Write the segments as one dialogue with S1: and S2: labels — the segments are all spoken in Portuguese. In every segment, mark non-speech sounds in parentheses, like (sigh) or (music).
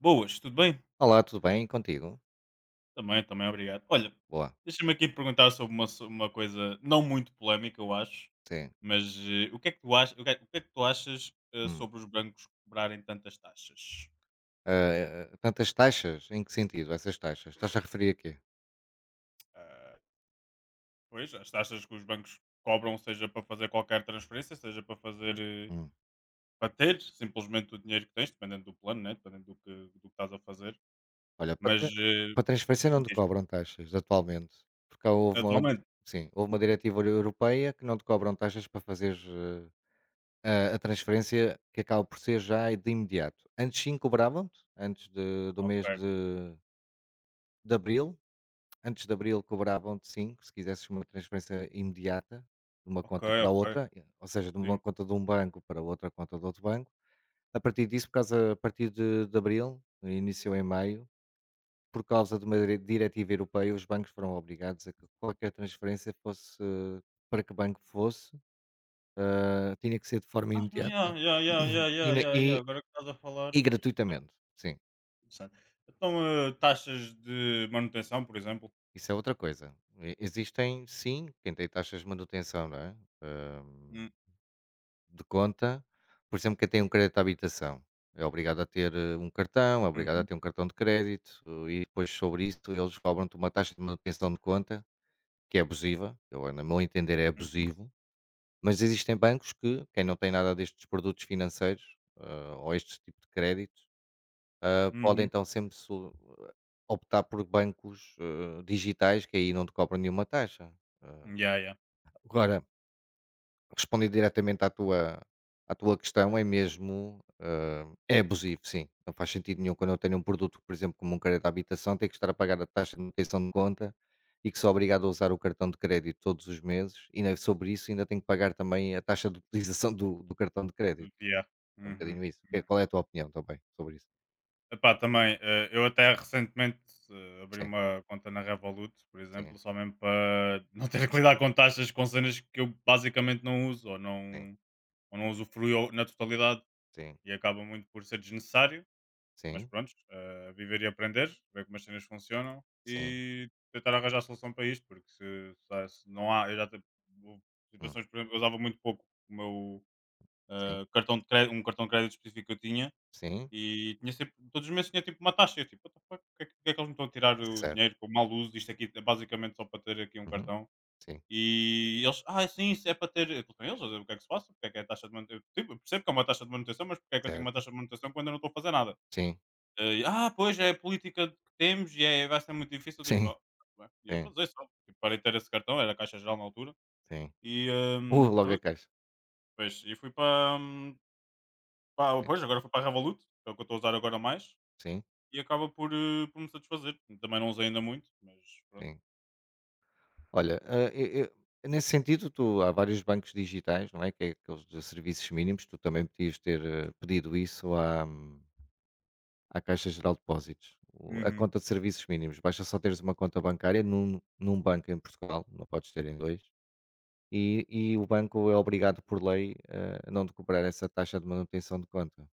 S1: Boas, tudo bem?
S2: Olá, tudo bem? E contigo?
S1: Também, também, obrigado. Olha,
S2: Boa,
S1: deixa-me aqui perguntar sobre uma coisa não muito polémica, eu acho,
S2: sim.
S1: mas o que é que tu achas, o que é que tu achas
S2: Hum.
S1: sobre os bancos cobrarem tantas taxas?
S2: Tantas taxas, em que sentido essas taxas? Estás a referir a quê?
S1: Ah, pois, as taxas que os bancos cobram, seja para fazer qualquer transferência, seja para fazer,
S2: Hum.
S1: para ter simplesmente o dinheiro que tens, dependendo do plano, né? Dependendo do que estás a fazer,
S2: Olha,
S1: mas
S2: para transferência não te
S1: diz,
S2: cobram taxas atualmente, porque houve uma
S1: atualmente,
S2: sim, houve uma diretiva europeia que não te cobram taxas para fazeres, a transferência que acaba por ser já de imediato. Antes sim cobravam-te, antes de do
S1: ok,
S2: mês de abril. Antes de abril cobravam-te 5 se quisesses uma transferência imediata, de uma
S1: ok,
S2: conta para
S1: ok,
S2: outra, ou seja, de uma
S1: sim.
S2: conta de um banco para outra conta de outro banco. A partir disso, por causa, a partir de abril, iniciou em maio, por causa de uma diretiva europeia, os bancos foram obrigados a que qualquer transferência fosse, para que banco fosse, tinha que ser de forma
S1: Ah, ya,
S2: imediata
S1: ya, ya,
S2: (clears throat)
S1: ya,
S2: e,
S1: ya,
S2: na-
S1: ya, ya,
S2: e-
S1: agora que estás a falar.
S2: e gratuitamente. Sim,
S1: Interessante. Então, taxas de manutenção, por exemplo.
S2: isso é outra coisa. Existem, sim, quem tem taxas de manutenção, não é? Hum,
S1: Hum.
S2: de conta, por exemplo. Quem tem um crédito de habitação é obrigado a ter um cartão, é obrigado a
S1: Uhum,
S2: ter um cartão de crédito, e depois sobre isso eles cobram-te uma taxa de manutenção de conta que é abusiva. Eu, no meu entender, é
S1: uhum,
S2: abusivo, mas existem bancos que, quem não tem nada destes produtos financeiros, ou este tipo de créditos, podem
S1: uhum.
S2: então sempre eh, optar por bancos, digitais, que aí não te cobram nenhuma taxa. Eh,
S1: Ya, ya.
S2: Agora, respondendo diretamente à tua, questão, é mesmo, é abusivo, sim. Não faz sentido nenhum
S1: Uhum,
S2: quando eu tenho um produto, por exemplo, como um crédito de habitação, ter que estar a pagar a taxa de manutenção de conta e que sou obrigado a usar o cartão de crédito todos os meses, e ainda sobre isso ainda tenho que pagar também a taxa de utilização do cartão de crédito.
S1: ya,
S2: É um
S1: uhum,
S2: bocadinho isso. Qual
S1: uhum.
S2: é a tua opinião também sobre isso?
S1: Epá, também, eu até recentemente abri
S2: Sim,
S1: uma conta na Revolut, por
S2: sim,
S1: exemplo, só mesmo para (laughs) não ter que lidar com taxas com cenas que eu basicamente não uso
S2: sim,
S1: ou não usufruí na totalidade
S2: sim,
S1: e acaba muito por ser desnecessário. Mas
S2: sim,
S1: pronto, viver e aprender, ver como as cenas funcionam
S2: sim,
S1: e tentar arranjar a solução para isto, porque se não há, eu já tive houve
S2: hum,
S1: situações, por exemplo, eu usava muito pouco o meu
S2: sim,
S1: cartão de crédito, um cartão de crédito específico que eu tinha
S2: sim,
S1: e tinha sempre, todos os meses tinha tipo uma taxa, e eu tipo, what the fuck, porque é que eles me estão a tirar o
S2: certo.
S1: dinheiro com mau uso, isto aqui é basicamente só para ter aqui um
S2: Uhum,
S1: cartão.
S2: sim,
S1: E eles, ah, sim, isso é para ter, eu falei com eles, o que é que se passa, porque é que é a taxa de manutenção. Eu, tipo, eu percebo que é uma taxa de manutenção, mas porque é que eu tenho uma
S2: certo.
S1: taxa de manutenção quando eu não estou a fazer nada?
S2: Sim,
S1: Ah, pois é a política que temos e é, vai ser muito difícil. Tipo,
S2: sim,
S1: "Ah, bem", eu vou
S2: sim,
S1: dizer só, tipo, parei de ter esse cartão, era Caixa Geral na altura,
S2: sim.
S1: e
S2: Ouve logo a
S1: pronto.
S2: caixa.
S1: Pois, e fui para, para,
S2: Sim,
S1: pois, agora fui para a Revolut, que é o que eu estou a usar agora mais,
S2: sim,
S1: e acaba por, por me satisfazer. Também não usei ainda muito, mas pronto.
S2: sim. Olha, e nesse sentido, tu, há vários bancos digitais, não é, que é aqueles de serviços mínimos. Tu também podias ter, pedido isso à à Caixa Geral de Depósitos, o a
S1: Uhum.
S2: conta de serviços mínimos. Basta só teres uma conta bancária num banco em Portugal, não podes ter em dois, e o banco é obrigado por lei, a não te cobrar essa taxa de manutenção de conta.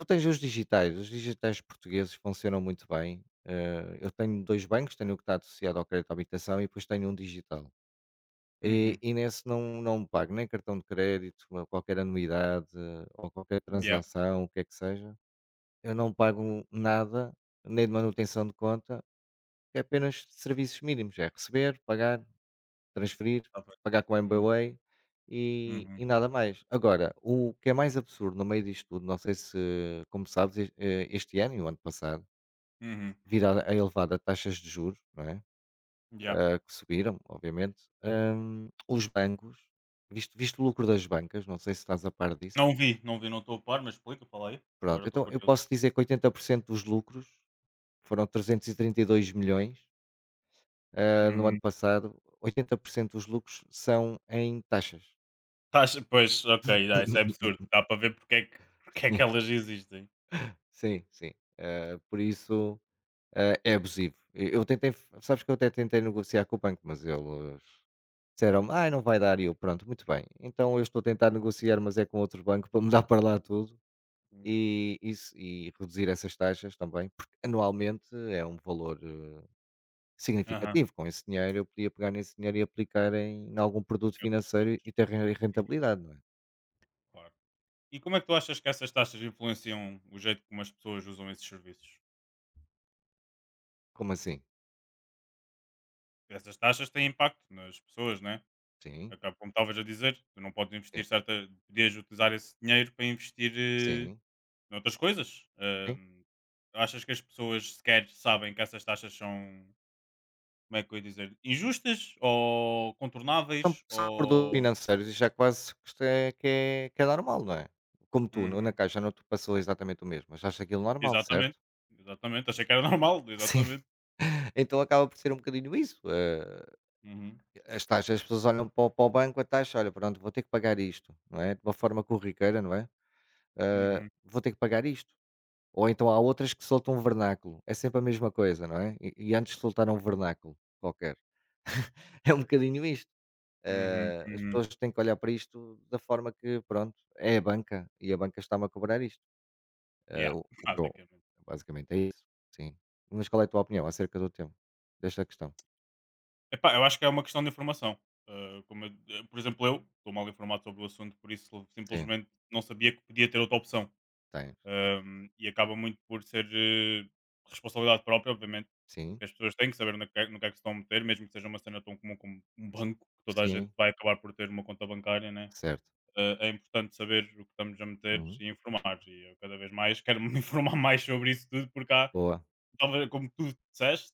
S2: Tu tens os digitais portugueses funcionam muito bem. Eu tenho 2 bancos: tenho o que está associado ao crédito à habitação e depois tenho um digital.
S1: Uhum.
S2: E nesse não, não pago nem cartão de crédito, ou qualquer anuidade, ou qualquer
S1: Yeah,
S2: transação, o que é que seja. Eu não pago nada, nem de manutenção de conta, é apenas serviços mínimos, é receber, pagar, transferir,
S1: tá bem.
S2: pagar com
S1: Uhum.
S2: MBWay, e
S1: Uhum.
S2: e nada mais. Agora, o que é mais absurdo no meio disto tudo, não sei se, como sabes, este ano e o ano passado,
S1: Uhum.
S2: devido a elevada taxas de juros, não é,
S1: Yeah.
S2: que subiram, obviamente, os bancos, visto o lucro das bancas, não sei se estás a par disso,
S1: Não vi, não vi, não estou a par, mas explica, fala aí. Agora
S2: pronto,
S1: estou
S2: então eu
S1: curioso.
S2: posso dizer que 80% dos lucros foram 332.000.000, no ano
S1: Uhum.
S2: passado. 80% dos lucros são em taxas.
S1: Estás, pois, ok, ah, isso é
S2: (laughs)
S1: absurdo. Dá para ver porque é que elas existem.
S2: Sim, sim. Por isso, é abusivo. E eu tentei Sabes que eu até tentei negociar com o banco, mas eles disseram-me: "Ai, não vai dar", e eu: "Pronto, muito bem". Então eu estou a tentar negociar, mas é com outro banco para mudar para lá tudo,
S1: Hum.
S2: e isso, e reduzir essas taxas também, porque anualmente é um valor,
S1: Aham,
S2: significativo. Com esse dinheiro eu podia pegar nesse dinheiro e aplicar em algum produto
S1: e outras
S2: financeiro
S1: coisas.
S2: e ter re
S1: Hum,
S2: rentabilidade, não é?
S1: claro. E como é que tu achas que essas taxas influenciam o jeito como as pessoas usam esses serviços?
S2: Como assim?
S1: Essas taxas têm impacto nas pessoas, né? Acaba, como estavas a dizer, tu não podes
S2: Sim,
S1: investir certa, podias utilizar esse dinheiro para investir,
S2: sim,
S1: noutras coisas.
S2: sim.
S1: Achas que as pessoas sequer sabem que essas taxas são, como é que eu ia dizer, injustas ou
S2: São
S1: contornáveis
S2: são produtos
S1: ou
S2: financeiros, e já quase que isto é que é normal, não é? Como tu, na
S1: uhum.
S2: Caixa não te passou exatamente o mesmo, mas achaste aquilo normal, certo?
S1: Exatamente, exatamente, achei que era (laughs) normal,
S2: Sim.
S1: exatamente.
S2: (laughs) Então acaba por ser um bocadinho isso.
S1: Uhum,
S2: As taxas, as pessoas olham para o banco, a taxa, olha pronto, vou ter que pagar isto, não é? De uma forma corriqueira, não é?
S1: uhum,
S2: Vou ter que pagar isto. Ou então há outras que soltam um vernáculo, é sempre a mesma coisa, não é? E antes soltaram um vernáculo qualquer. (laughs) É um bocadinho isto.
S1: uhum,
S2: As
S1: uhum,
S2: pessoas têm que olhar para isto da forma que, pronto, é a banca, e a banca está-me a cobrar isto.
S1: yeah,
S2: O,
S1: (laughs)
S2: o que eu,
S1: basicamente.
S2: basicamente é isso, sim. Mas qual é a tua opinião acerca do tema, desta questão?
S1: Epá, eu acho que é uma questão de informação, ah, como eu, por exemplo, eu estou mal informado sobre o assunto, por isso
S2: Sim,
S1: simplesmente não sabia que podia ter outra opção,
S2: tens.
S1: e acaba muito por ser, responsabilidade própria, obviamente,
S2: Sim,
S1: que as pessoas têm que saber no que é que se estão a meter, mesmo que seja uma cena tão comum como um banco, que toda a gente
S2: sim,
S1: vai acabar por ter uma conta bancária, né?
S2: certo.
S1: eh, é importante saber o que estamos a meter
S2: Uhum.
S1: e informar. E eu cada vez mais quero me (laughs) informar mais sobre isso tudo, porque há,
S2: Boa.
S1: talvez, como tu disseste,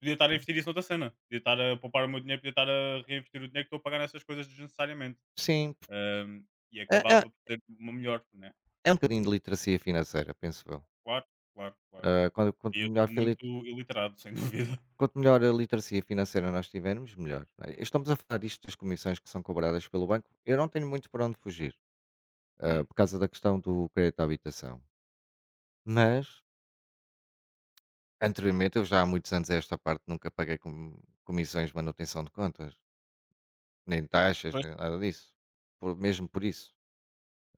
S1: podia estar a
S2: Sim,
S1: investir isso noutra cena, podia estar a poupar o meu dinheiro, podia estar a reinvestir o dinheiro que estou a pagar nessas coisas desnecessariamente.
S2: Sim,
S1: E
S2: é, é,
S1: acabava por ter uma melhor, né?
S2: é um bocadinho de literacia financeira, penso eu.
S1: Claro, claro, claro.
S2: Eh, quando,
S1: E
S2: quanto,
S1: eu
S2: melhor,
S1: estou
S2: fili-
S1: muito iliterado, (laughs) sem dúvida.
S2: Quanto melhor a literacia financeira nós tivermos, melhor, não é? Estamos a falar disto, das comissões que são cobradas pelo banco. Eu não tenho muito para onde fugir,
S1: Hum.
S2: por causa da questão do crédito à habitação. Mas, anteriormente, eu já há muitos anos a esta parte nunca paguei comissões de manutenção de contas, nem taxas,
S1: Pois.
S2: nem nada disso. Por, mesmo por isso.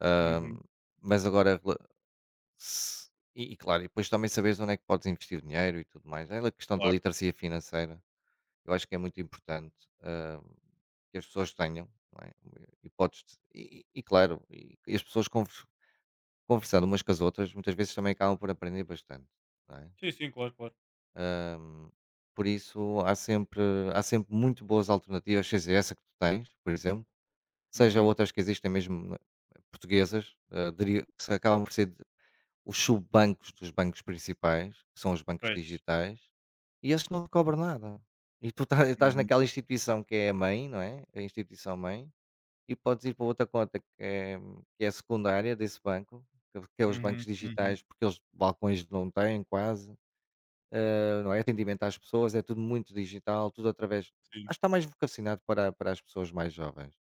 S2: Ahm,
S1: Uhum,
S2: Mas agora, se- e claro, e depois também sabes onde é que podes investir dinheiro e tudo mais. É a questão da
S1: claro.
S2: literacia financeira. Eu acho que é muito importante, que as pessoas tenham, não é? Hipóteses. E claro, e as pessoas conversando umas com as outras, muitas vezes também acabam por aprender bastante, não é?
S1: Sim, sim, claro, claro.
S2: Hum, Por isso há sempre muito boas alternativas, seja essa que tu tens, por exemplo, seja
S1: Uhum.
S2: outras que existem mesmo, portuguesas, se acabam por ser os subbancos dos bancos principais, que são os bancos
S1: Pois.
S2: digitais, e esses não te cobram nada. E tu (laughs) estás
S1: Uhum.
S2: naquela instituição que é a mãe, não é? A instituição mãe, e podes ir para outra conta que é, secundária desse banco, que é os
S1: Uhum.
S2: bancos
S1: Uhum.
S2: digitais, porque eles balcões não têm quase, não é? Atendimento às pessoas, é tudo muito digital, tudo através. Acho que
S1: Sim.
S2: está mais vocacionado para as pessoas mais jovens.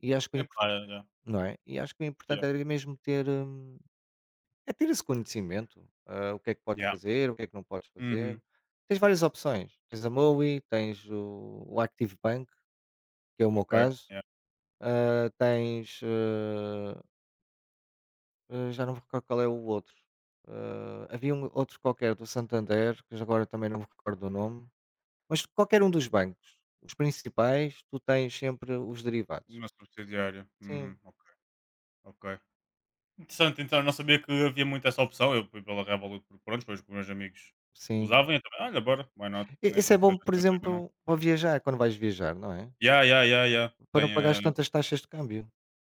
S2: E acho que o
S1: É
S2: impor-
S1: pá, yeah.
S2: Não é? E acho que o
S1: Yeah.
S2: importante é mesmo ter, é ter esse conhecimento, o que é que podes
S1: Yeah.
S2: fazer, o que é que não podes fazer.
S1: Uhum.
S2: Tens várias opções. Tens a MOWI, tens o Active Bank, que é o meu
S1: Ok,
S2: caso.
S1: yeah.
S2: Tens. Já não me recordo qual é o outro. Ah, havia um outro qualquer do Santander, que agora também não me recordo o nome. Mas qualquer um dos bancos, os principais, tu tens sempre os derivados.
S1: Uma subsidiária. Uhum,
S2: Sim,
S1: ok, ok. Interessante, então, eu não sabia que havia muito essa opção. Eu fui pela Revolut porque pronto, foi os que meus amigos
S2: sim.
S1: usavam e eu também, olha, bora, why not?
S2: E isso
S1: Mesmo
S2: é
S1: que
S2: bom,
S1: seja
S2: por
S1: estrangeiro ou não.
S2: exemplo, para viajar, quando vais viajar, não é?
S1: Yeah, yeah, yeah, yeah.
S2: Para
S1: Tem,
S2: não pagares tantas taxas de câmbio.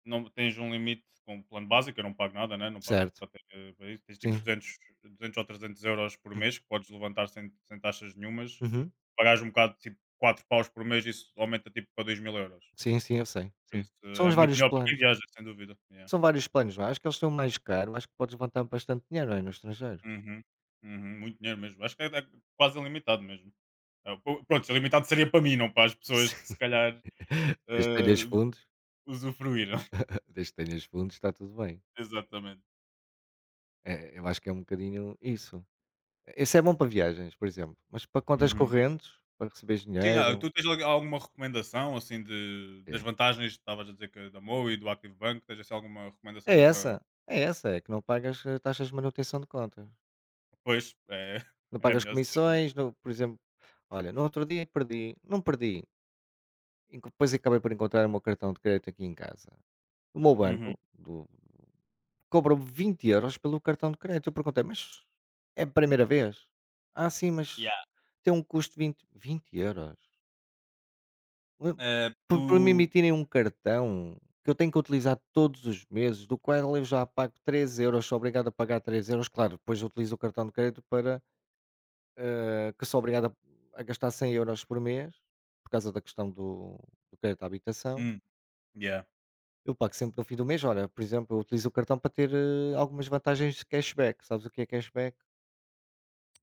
S1: não, tens um limite com o plano básico, eu não pago nada, né? Não pago
S2: Certo,
S1: para ter para isso. Tens
S2: sim.
S1: tipo 200 ou 300 euros por
S2: Hum,
S1: mês que podes levantar sem taxas nenhumas.
S2: uhum.
S1: Pagares um bocado, tipo 4 paus por mês, isso aumenta tipo para 2000 euros.
S2: Sim, sim, eu sei,
S1: Por
S2: sim.
S1: isso,
S2: São
S1: é
S2: os
S1: muito
S2: vários
S1: melhor para quem
S2: planos.
S1: viaja, sem dúvida. Yeah.
S2: São vários planos, não é? Acho que eles são mais caros, acho que podes levantar bastante dinheiro, aí no estrangeiro.
S1: Uhum, uhum, muito dinheiro mesmo. Acho que é quase ilimitado mesmo. É, pronto, ilimitado seria para mim, não para as
S2: (laughs)
S1: pessoas que se
S2: Sim.
S1: calhar,
S2: Desde que tenhas
S1: eh,
S2: fundos,
S1: usufruíram. (laughs)
S2: (laughs) desde que tenhas fundos, está tudo bem.
S1: Exatamente.
S2: É, eu acho que é um bocadinho isso. Esse é bom para viagens, por exemplo, mas para contas
S1: Uhum.
S2: correntes, para receber
S1: Sim, ah,
S2: dinheiro,
S1: tu tens alguma recomendação assim das
S2: é.
S1: vantagens? Estavas a dizer que da Mo e do Active Bank, tens assim alguma
S2: É
S1: recomendação para
S2: essa, é essa, é que não pagas, taxas de manutenção de contas.
S1: depois? É, (laughs)
S2: Não
S1: é
S2: pagas
S1: melhor ser, né?
S2: comissões. Não, por exemplo, olha, no outro dia perdi, não perdi, enco depois acabei por encontrar o meu cartão de crédito aqui em casa. O meu banco
S1: Uhum.
S2: do cobrou-me 20€ pelo cartão de crédito. Eu perguntei: "Mas é a primeira vez?" "Ah, sim, mas
S1: Yeah.
S2: tem um custo de 20", euros. Hã, por
S1: Tu.
S2: por me emitirem um cartão que eu tenho que utilizar todos os meses, do qual eu já pago 3 euros, sou obrigado a pagar 3 euros. Claro, depois eu utilizo o cartão de crédito para, que sou obrigado a gastar 100 euros por mês, por causa da questão do crédito à habitação.
S1: Hum, yeah.
S2: Eu pago sempre no fim do mês. Olha, por exemplo, eu utilizo o cartão para ter, algumas vantagens de cashback. Sabes o que é cashback?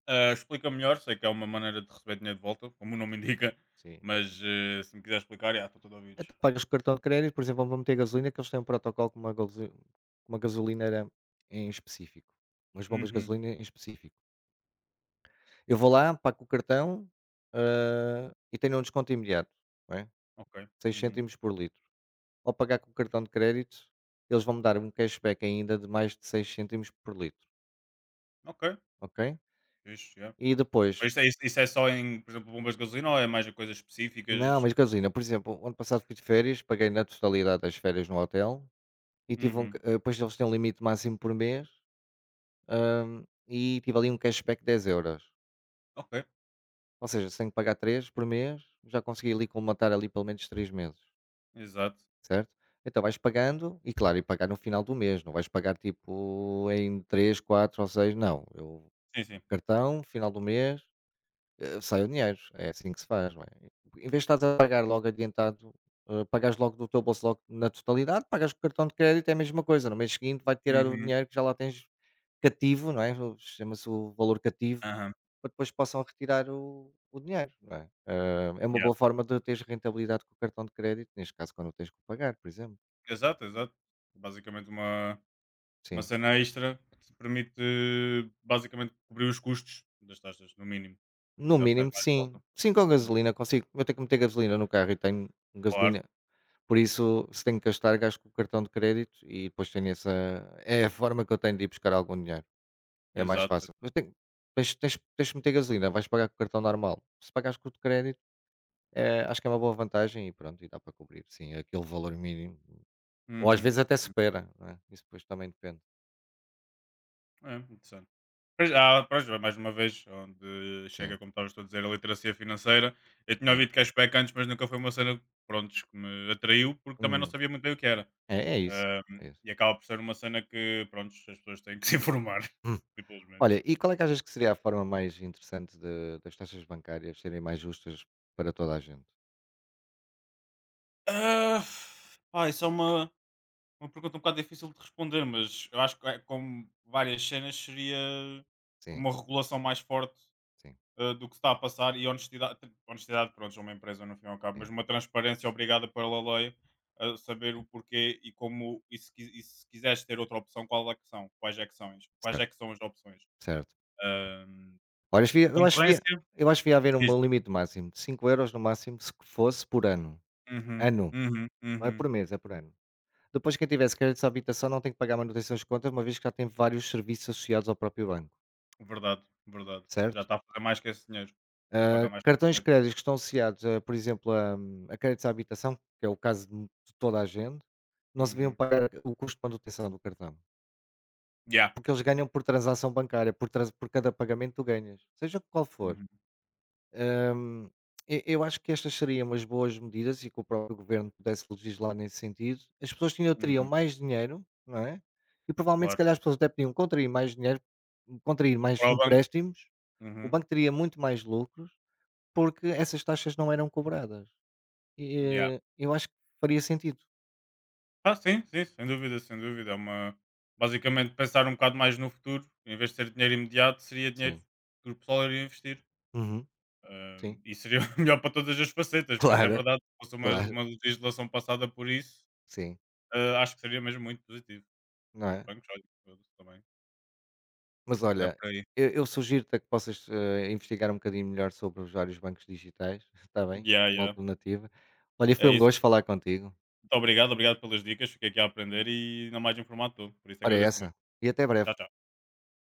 S1: Ah, explica melhor, sei que é uma maneira de receber dinheiro de volta, como o nome indica,
S2: Sim.
S1: mas se me quiser explicar, já, estou todo ouvidos.
S2: Então pagas com cartão de crédito, por exemplo, vão meter gasolina, que eles têm um protocolo com uma gasoli com uma gasolineira em específico, umas bombas de
S1: Uhum,
S2: gasolina em específico. Eu vou lá, pago com o cartão, e tenho um desconto imediato, não é,
S1: ok,
S2: 6
S1: uhum,
S2: cêntimos por litro. Ao pagar com o cartão de crédito, eles vão-me dar um cashback ainda de mais de 6 cêntimos por litro,
S1: ok,
S2: ok.
S1: fixe, yeah.
S2: E depois,
S1: Mas isso é só em, por exemplo, bombas de gasolina ou é mais em coisas
S2: não,
S1: específicas?
S2: mas gasolina, por exemplo, o ano passado fui de férias, paguei na totalidade das férias no hotel e tive um c
S1: Uhum,
S2: depois eles têm um limite máximo por mês. E tive ali um cashback de 10 euros.
S1: ok,
S2: Ou seja, se tenho que pagar 3 por mês, já consegui ali colmatar ali pelo menos 3 meses,
S1: exato,
S2: certo? Então vais pagando e claro, e pagar no final do mês, não vais pagar tipo em 3, 4 ou 6, não. Eu
S1: sim, sim.
S2: cartão, final do mês, sai o dinheiro. É assim que se faz, não é? Em vez de estás a pagar logo adiantado, pagas logo do teu bolso logo na totalidade, pagas com o cartão de crédito, é a mesma coisa. No mês seguinte vai tirar o
S1: Uhum,
S2: dinheiro que já lá tens cativo, não é? Chama-se o valor cativo
S1: aham,
S2: para depois possam retirar o dinheiro, não é? Ah, é uma
S1: yeah.
S2: boa forma de teres rentabilidade com o cartão de crédito, neste caso quando o tens que o pagar, por exemplo.
S1: Exato, exato. Basicamente uma
S2: Sim.
S1: cena extra que te permite, basicamente cobrir os custos das taxas, no mínimo.
S2: No
S1: Ainda
S2: mínimo,
S1: recebe mais de
S2: sim.
S1: volta.
S2: Sim, com
S1: Yeah.
S2: gasolina consigo. Eu tenho que meter gasolina no carro e tenho gasolina.
S1: Claro,
S2: Por isso, se tenho que gastar, gasto com o cartão de crédito e depois tenho essa. É a forma que eu tenho de ir buscar algum dinheiro. É mais
S1: exato,
S2: fácil. Mas
S1: exato.
S2: tens que meter gasolina, vais pagar com o cartão normal. Se pagares com o de crédito, é, acho que é uma boa vantagem e pronto, e dá para cobrir, sim, aquele valor mínimo. Ou às
S1: Uhum.
S2: vezes até supera, não é? Isso depois também depende.
S1: É, interessante. Pois, há, pois, mais uma vez, onde
S2: Sim,
S1: chega, como estavas tu a dizer, a literacia financeira. Eu tinha
S2: sim.
S1: ouvido cashback antes, mas nunca foi uma cena, prontos, que me atraiu, porque também não
S2: Hum,
S1: sabia muito bem o que era.
S2: é é isso, é isso.
S1: E acaba por ser uma cena que, prontos, as pessoas têm que se (laughs) informar,
S2: Hum.
S1: simplesmente.
S2: Olha, e qual é que achas que seria a forma mais interessante de das taxas bancárias serem mais justas para toda a gente?
S1: Ah, pá, isso é uma pergunta um bocado difícil de responder, mas eu acho que, é, como várias cenas, seria
S2: Sim,
S1: uma regulação mais forte
S2: sim,
S1: do que está a passar, e honestidade, honestidade, pronto, é uma empresa no fim e ao cabo, mas
S2: sim,
S1: uma transparência obrigada pela lei, a saber o
S2: sim.
S1: porquê e como, e se, e se quiseres ter outra opção, qual é que são? Quais é
S2: Certo,
S1: que são as opções?
S2: certo.
S1: Ahm,
S2: Olha, acho que ia eu acho que ia
S1: Concorrência?
S2: eu acho que ia haver
S1: Diz.
S2: um limite máximo de 5 euros no máximo, se que fosse por ano.
S1: Uhum,
S2: Ano,
S1: uhum,
S2: não é
S1: uhum.
S2: por mês, é por ano. Depois quem tivesse créditos à habitação não tem que pagar manutenção das contas, uma vez que já tem vários serviços associados ao próprio banco,
S1: Verdade, verdade. Já
S2: certo?
S1: está a fazer mais que esse dinheiro. A pagar
S2: Ah,
S1: mais que esse
S2: cartões de
S1: dinheiro.
S2: crédito que estão associados, a, por exemplo, a créditos à habitação, que é o caso de toda a gente, não se deviam
S1: Uhum.
S2: pagar o custo de manutenção do cartão.
S1: Yeah.
S2: Porque eles ganham por transação bancária, por, por cada pagamento tu ganhas, seja qual for.
S1: Uhum,
S2: Ahm, eu acho que estas seriam umas boas medidas e que o próprio governo pudesse legislar nesse sentido. As pessoas tinham, teriam
S1: uhum.
S2: mais dinheiro, não é? E provavelmente, se
S1: Claro.
S2: calhar, as pessoas até podiam contrair mais dinheiro, contrair mais
S1: Para o banco?
S2: empréstimos, o
S1: Uhum.
S2: banco teria muito mais lucros porque essas taxas não eram cobradas. E,
S1: Yeah.
S2: eu acho que faria sentido.
S1: Ah, sim, sim, sem dúvida, sem dúvida. É uma... Basicamente, pensar um bocado mais no futuro, em vez de ser dinheiro imediato, seria dinheiro
S2: Sim.
S1: que o pessoal iria investir.
S2: Uhum. Sim.
S1: E seria (laughs) melhor para todas as
S2: (laughs)
S1: facetas, por isso é
S2: Claro,
S1: verdade. Se fosse
S2: claro.
S1: uma legislação passada por isso,
S2: Sim,
S1: ah, acho que seria mesmo muito positivo.
S2: não
S1: E os
S2: é?
S1: bancos, olha, todos também.
S2: Mas
S1: Não é
S2: olha,
S1: por aí.
S2: eu sugiro-te a que possas, investigar um bocadinho melhor sobre os vários bancos digitais, (laughs) está bem?
S1: Yeah,
S2: Uma
S1: yeah.
S2: alternativa. Olha, foi
S1: É
S2: um
S1: isso.
S2: gosto falar contigo.
S1: Muito obrigado, obrigado pelas dicas. Fiquei aqui a aprender e não mais informado de tudo. Por isso
S2: Ora é
S1: agradeço
S2: essa,
S1: muito.
S2: e até
S1: Tchau,
S2: breve.
S1: tchau.